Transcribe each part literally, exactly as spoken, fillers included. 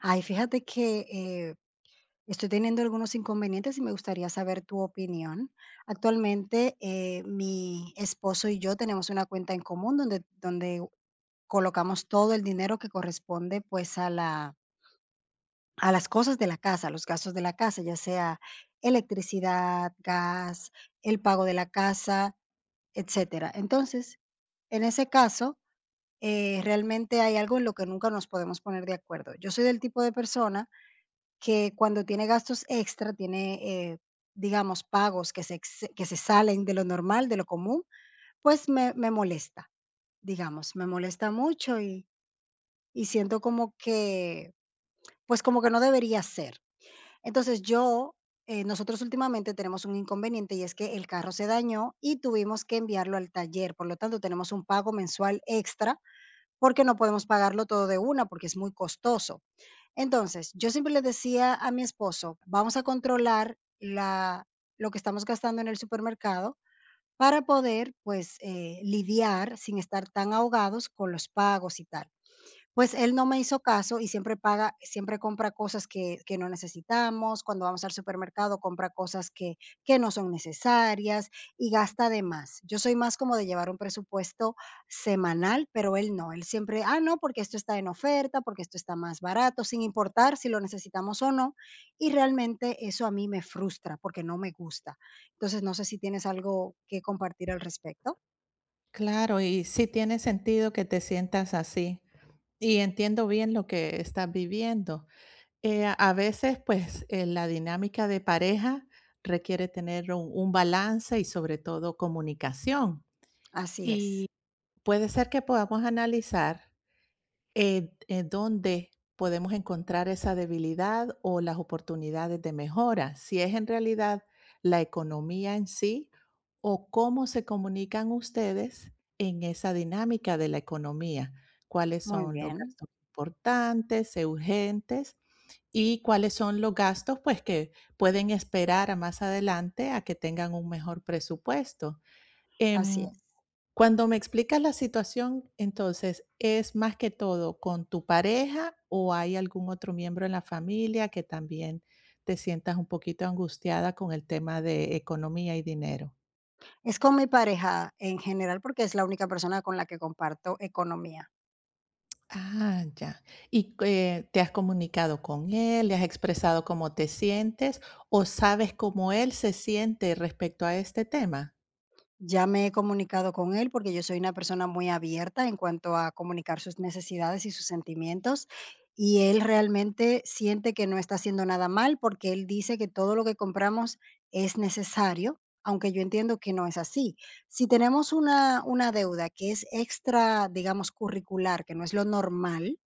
Ay, fíjate que eh, estoy teniendo algunos inconvenientes y me gustaría saber tu opinión. Actualmente, eh, mi esposo y yo tenemos una cuenta en común donde, donde colocamos todo el dinero que corresponde pues a la, a las cosas de la casa, a los gastos de la casa, ya sea electricidad, gas, el pago de la casa, etcétera. Entonces, en ese caso, eh, realmente hay algo en lo que nunca nos podemos poner de acuerdo. Yo soy del tipo de persona que cuando tiene gastos extra, tiene, eh, digamos, pagos que se ex que se salen de lo normal, de lo común, pues me me molesta, digamos, me molesta mucho y y siento como que, pues, como que no debería ser. Entonces yo, eh, nosotros últimamente tenemos un inconveniente y es que el carro se dañó y tuvimos que enviarlo al taller, por lo tanto, tenemos un pago mensual extra porque no podemos pagarlo todo de una, porque es muy costoso. Entonces, yo siempre le decía a mi esposo: "Vamos a controlar la lo que estamos gastando en el supermercado para poder, pues, eh, lidiar sin estar tan ahogados con los pagos y tal". Pues él no me hizo caso y siempre paga siempre compra cosas que que no necesitamos, cuando vamos al supermercado compra cosas que que no son necesarias y gasta de más. Yo soy más como de llevar un presupuesto semanal, pero él no, él siempre: "Ah, no, porque esto está en oferta, porque esto está más barato", sin importar si lo necesitamos o no, y realmente eso a mí me frustra porque no me gusta. Entonces, no sé si tienes algo que compartir al respecto. Claro, y sí tiene sentido que te sientas así. Y entiendo bien lo que estás viviendo. Eh, a a veces, pues, eh, la dinámica de pareja requiere tener un, un balance y sobre todo comunicación. Así es, Y puede ser que podamos analizar eh, eh, dónde podemos encontrar esa debilidad o las oportunidades de mejora, si es en realidad la economía en sí o cómo se comunican ustedes en esa dinámica de la economía, cuáles muy son los bien, gastos importantes, eh, urgentes y cuáles son los gastos pues que pueden esperar a más adelante a que tengan un mejor presupuesto. así Em, es. Cuando me explicas la situación, entonces, ¿es más que todo con tu pareja o hay algún otro miembro en la familia que también te sientas un poquito angustiada con el tema de economía y dinero? Es con mi pareja en general, porque es la única persona con la que comparto economía. Ah, ya. ¿Y eh, te has comunicado con él? ¿Le has expresado cómo te sientes? ¿O sabes cómo él se siente respecto a este tema? Ya me he comunicado con él porque yo soy una persona muy abierta en cuanto a comunicar sus necesidades y sus sentimientos. Y él realmente siente que no está haciendo nada mal porque él dice que todo lo que compramos es necesario, aunque yo entiendo que no es así. Si tenemos una, una deuda que es extra, digamos, curricular, que no es lo normal,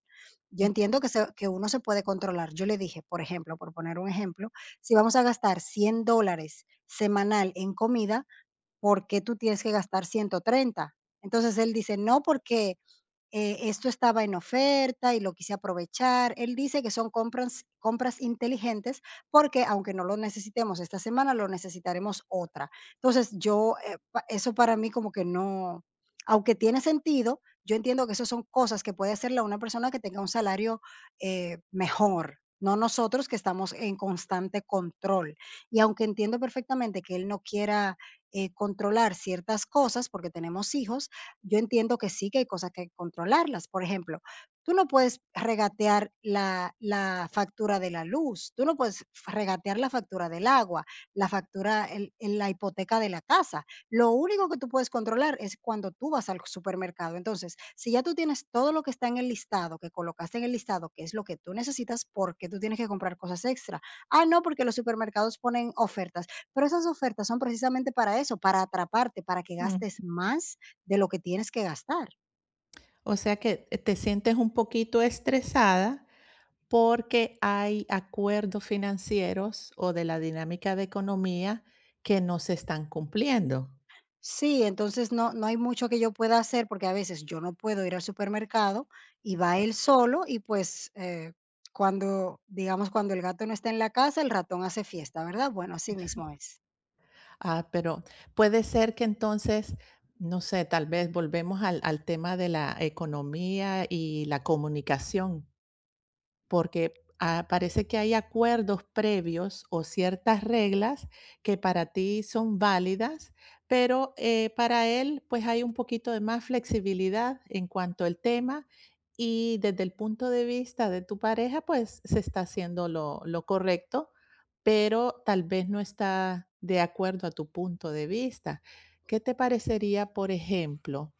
yo Mm. entiendo que, se- que uno se puede controlar. Yo le dije, por ejemplo, por poner un ejemplo, si vamos a gastar cien dólares semanal en comida, ¿por qué tú tienes que gastar ciento treinta. Entonces él dice, no, porque eh, esto estaba en oferta y lo quise aprovechar. Él dice que son compras, compras inteligentes porque aunque no lo necesitemos esta semana, lo necesitaremos otra. Entonces, yo, eh, pa- eso para mí como que no, aunque tiene sentido, yo entiendo que eso son cosas que puede hacerla una persona que tenga un salario eh, mejor. No nosotros que estamos en constante control. Y aunque entiendo perfectamente que él no quiera eh, controlar ciertas cosas porque tenemos hijos, yo entiendo que sí, que hay cosas que hay que controlarlas. Por ejemplo, tú no puedes regatear la, la factura de la luz, tú no puedes regatear la factura del agua, la factura, el- el- la hipoteca de la casa. Lo único que tú puedes controlar es cuando tú vas al supermercado. Entonces, si ya tú tienes todo lo que está en el listado, que colocaste en el listado, que es lo que tú necesitas, ¿por qué tú tienes que comprar cosas extra? Ah, no, porque los supermercados ponen ofertas, pero esas ofertas son precisamente para eso, para atraparte, para que Mm. gastes más de lo que tienes que gastar. O sea que eh, te sientes un poquito estresada porque hay acuerdos financieros o de la dinámica de economía que no se están cumpliendo. Sí, entonces no no hay mucho que yo pueda hacer, porque a veces yo no puedo ir al supermercado y va él solo y, pues, eh, cuando, digamos, cuando el gato no está en la casa, el ratón hace fiesta, ¿verdad? Bueno, así mismo es. Ah, pero puede ser que entonces, no sé, tal vez volvemos al, al tema de la economía y la comunicación. Porque, ah, parece que hay acuerdos previos o ciertas reglas que para ti son válidas, pero, eh, para él, pues, hay un poquito de más flexibilidad en cuanto al tema, y desde el punto de vista de tu pareja, pues, se está haciendo lo lo correcto, pero tal vez no está de acuerdo a tu punto de vista. ¿Qué te parecería, por ejemplo,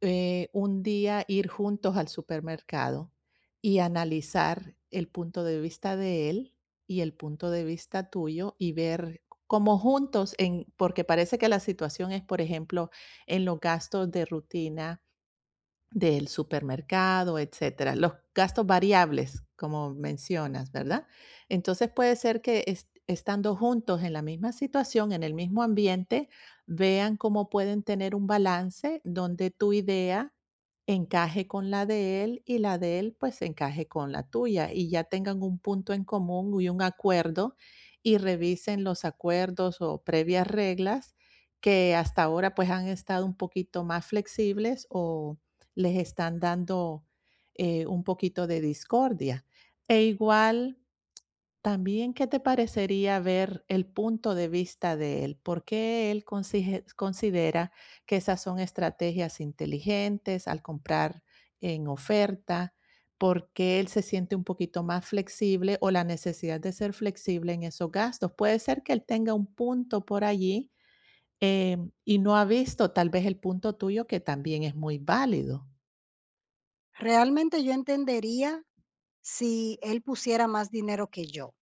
eh, un día ir juntos al supermercado y analizar el punto de vista de él y el punto de vista tuyo y ver cómo juntos, en, porque parece que la situación es, por ejemplo, en los gastos de rutina del supermercado, etcétera? Los gastos variables, como mencionas, ¿verdad? Entonces, puede ser que es estando juntos en la misma situación, en el mismo ambiente, vean cómo pueden tener un balance donde tu idea encaje con la de él y la de él, pues, encaje con la tuya, y ya tengan un punto en común y un acuerdo, y revisen los acuerdos o previas reglas que hasta ahora, pues, han estado un poquito más flexibles o les están dando eh, un poquito de discordia. E igual, también, ¿qué te parecería ver el punto de vista de él? ¿Por qué él consige- considera que esas son estrategias inteligentes al comprar en oferta? ¿Por qué él se siente un poquito más flexible o la necesidad de ser flexible en esos gastos? Puede ser que él tenga un punto por allí em, y no ha visto tal vez el punto tuyo que también es muy válido. Realmente yo entendería si él pusiera más dinero que yo.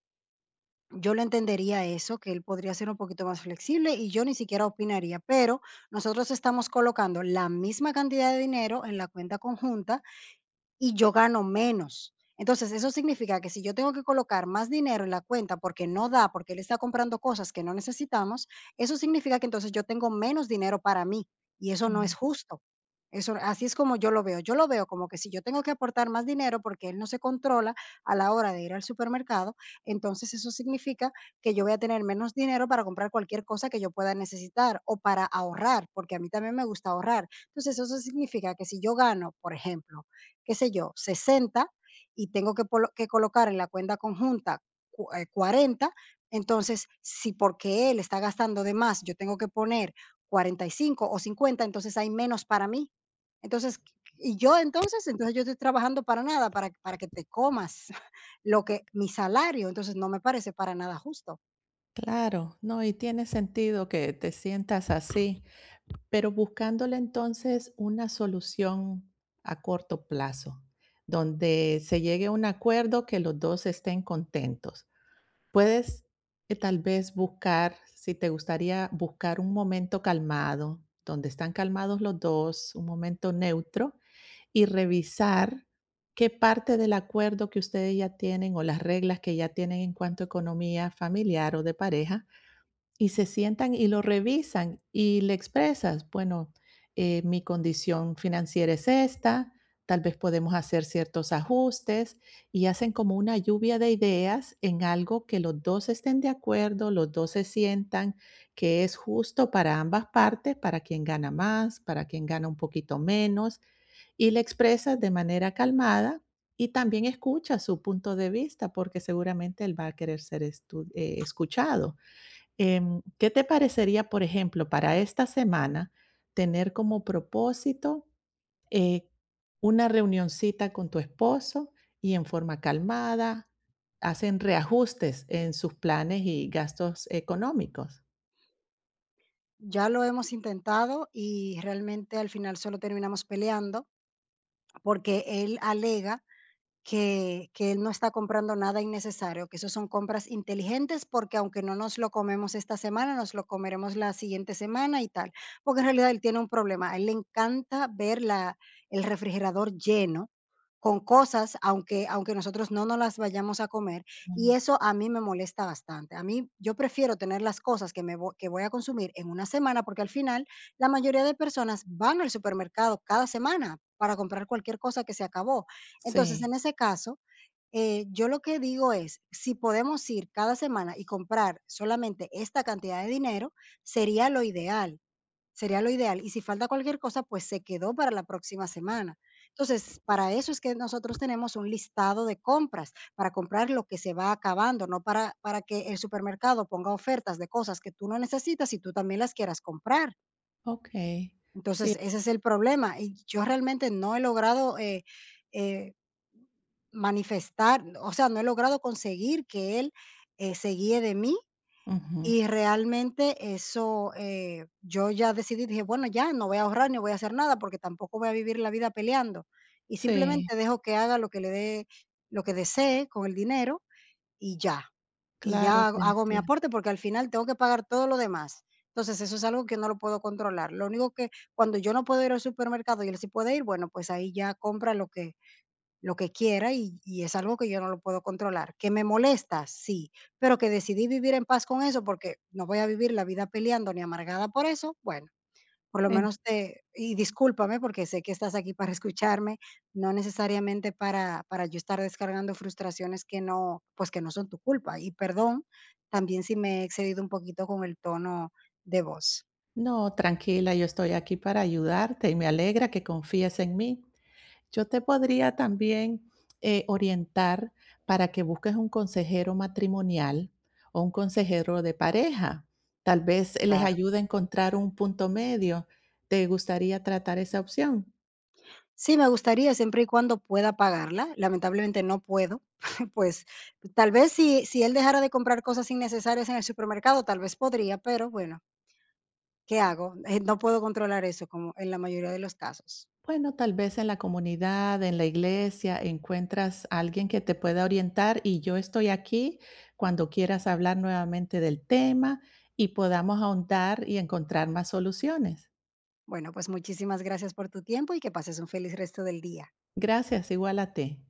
Yo lo entendería eso, que él podría ser un poquito más flexible y yo ni siquiera opinaría, pero nosotros estamos colocando la misma cantidad de dinero en la cuenta conjunta. Y yo gano menos. Entonces, eso significa que si yo tengo que colocar más dinero en la cuenta porque no da, porque él está comprando cosas que no necesitamos, eso significa que entonces yo tengo menos dinero para mí y eso no es justo. Eso, así es como yo lo veo. Yo lo veo como que si yo tengo que aportar más dinero porque él no se controla a la hora de ir al supermercado, entonces eso significa que yo voy a tener menos dinero para comprar cualquier cosa que yo pueda necesitar o para ahorrar, porque a mí también me gusta ahorrar. Entonces eso significa que si yo gano, por ejemplo, qué sé yo, sesenta y tengo que, polo- que colocar en la cuenta conjunta cu- eh, cuarenta, entonces si porque él está gastando de más, yo tengo que poner cuarenta y cinco o cincuenta. Entonces hay menos para mí. Entonces, y yo entonces, entonces yo estoy trabajando para nada, para, para que te comas lo que mi salario, entonces no me parece para nada justo. Claro, no, y tiene sentido que te sientas así, pero buscándole entonces una solución a corto plazo, donde se llegue a un acuerdo que los dos estén contentos. Puedes eh, tal vez buscar, si te gustaría buscar un momento calmado, donde están calmados los dos, un momento neutro, y revisar qué parte del acuerdo que ustedes ya tienen o las reglas que ya tienen en cuanto a economía familiar o de pareja y se sientan y lo revisan y le expresas, bueno, eh, mi condición financiera es esta, tal vez podemos hacer ciertos ajustes y hacen como una lluvia de ideas en algo que los dos estén de acuerdo, los dos se sientan que es justo para ambas partes, para quien gana más, para quien gana un poquito menos, y le expresas de manera calmada y también escucha su punto de vista porque seguramente él va a querer ser estu- eh, escuchado. Em, ¿qué te parecería, por ejemplo, para esta semana tener como propósito, eh, una reunioncita con tu esposo y en forma calmada hacen reajustes en sus planes y gastos económicos? Ya lo hemos intentado y realmente al final solo terminamos peleando porque él alega que que él no está comprando nada innecesario, que eso son compras inteligentes, porque aunque no nos lo comemos esta semana, nos lo comeremos la siguiente semana y tal. Porque en realidad él tiene un problema, a él le encanta ver la el refrigerador lleno con cosas, aunque aunque nosotros no nos las vayamos a comer, y Mm, eso a mí me molesta bastante. A mí yo prefiero tener las cosas que me vo que voy a consumir en una semana, porque al final la mayoría de personas van al supermercado cada semana para comprar cualquier cosa que se acabó. Entonces, en sí, ese caso, eh, yo lo que digo es, si podemos ir cada semana y comprar solamente esta cantidad de dinero, sería lo ideal, sería lo ideal. Y si falta cualquier cosa, pues se quedó para la próxima semana. Entonces, para eso es que nosotros tenemos un listado de compras, para comprar lo que se va acabando, no para, para que el supermercado ponga ofertas de cosas que tú no necesitas y tú también las quieras comprar. okey. Sí, Entonces, ese es el problema. Y yo realmente no he logrado, eh, eh, manifestar, o sea, no he logrado conseguir que él, eh, se guíe de mí ujú. y realmente eso, eh, yo ya decidí, dije: "Bueno, ya no voy a ahorrar ni voy a hacer nada, porque tampoco voy a vivir la vida peleando". Y Sí, simplemente dejo que haga lo que le dé lo que desee con el dinero y ya. Y claro, ya te hago hago mi entien aporte, porque al final tengo que pagar todo lo demás. Entonces, eso es algo que no lo puedo controlar. Lo único que cuando yo no puedo ir al supermercado y él sí puede ir, bueno, pues ahí ya compra lo que lo que quiera y y es algo que yo no lo puedo controlar. ¿Que me molesta? Sí, pero que decidí vivir en paz con eso, porque no voy a vivir la vida peleando ni amargada por eso, bueno. Por lo en menos te y discúlpame, porque sé que estás aquí para escucharme, no necesariamente para para yo estar descargando frustraciones que no, pues, que no son tu culpa. Y perdón, también si me he excedido un poquito con el tono de voz. no, tranquila, yo estoy aquí para ayudarte y me alegra que confíes en mí. Yo te podría también, eh, orientar para que busques un consejero matrimonial o un consejero de pareja. Tal vez les Claro. ayude a encontrar un punto medio. ¿Te gustaría tratar esa opción? Sí, me gustaría siempre y cuando pueda pagarla, lamentablemente no puedo, pues, tal vez si si él dejara de comprar cosas innecesarias en el supermercado, tal vez podría, pero bueno, ¿qué hago? Eh, no puedo controlar eso como en la mayoría de los casos. Bueno, tal vez en la comunidad, en la iglesia, encuentras a alguien que te pueda orientar y yo estoy aquí cuando quieras hablar nuevamente del tema y podamos ahondar y encontrar más soluciones. Bueno, pues muchísimas gracias por tu tiempo y que pases un feliz resto del día. Gracias, igual a ti.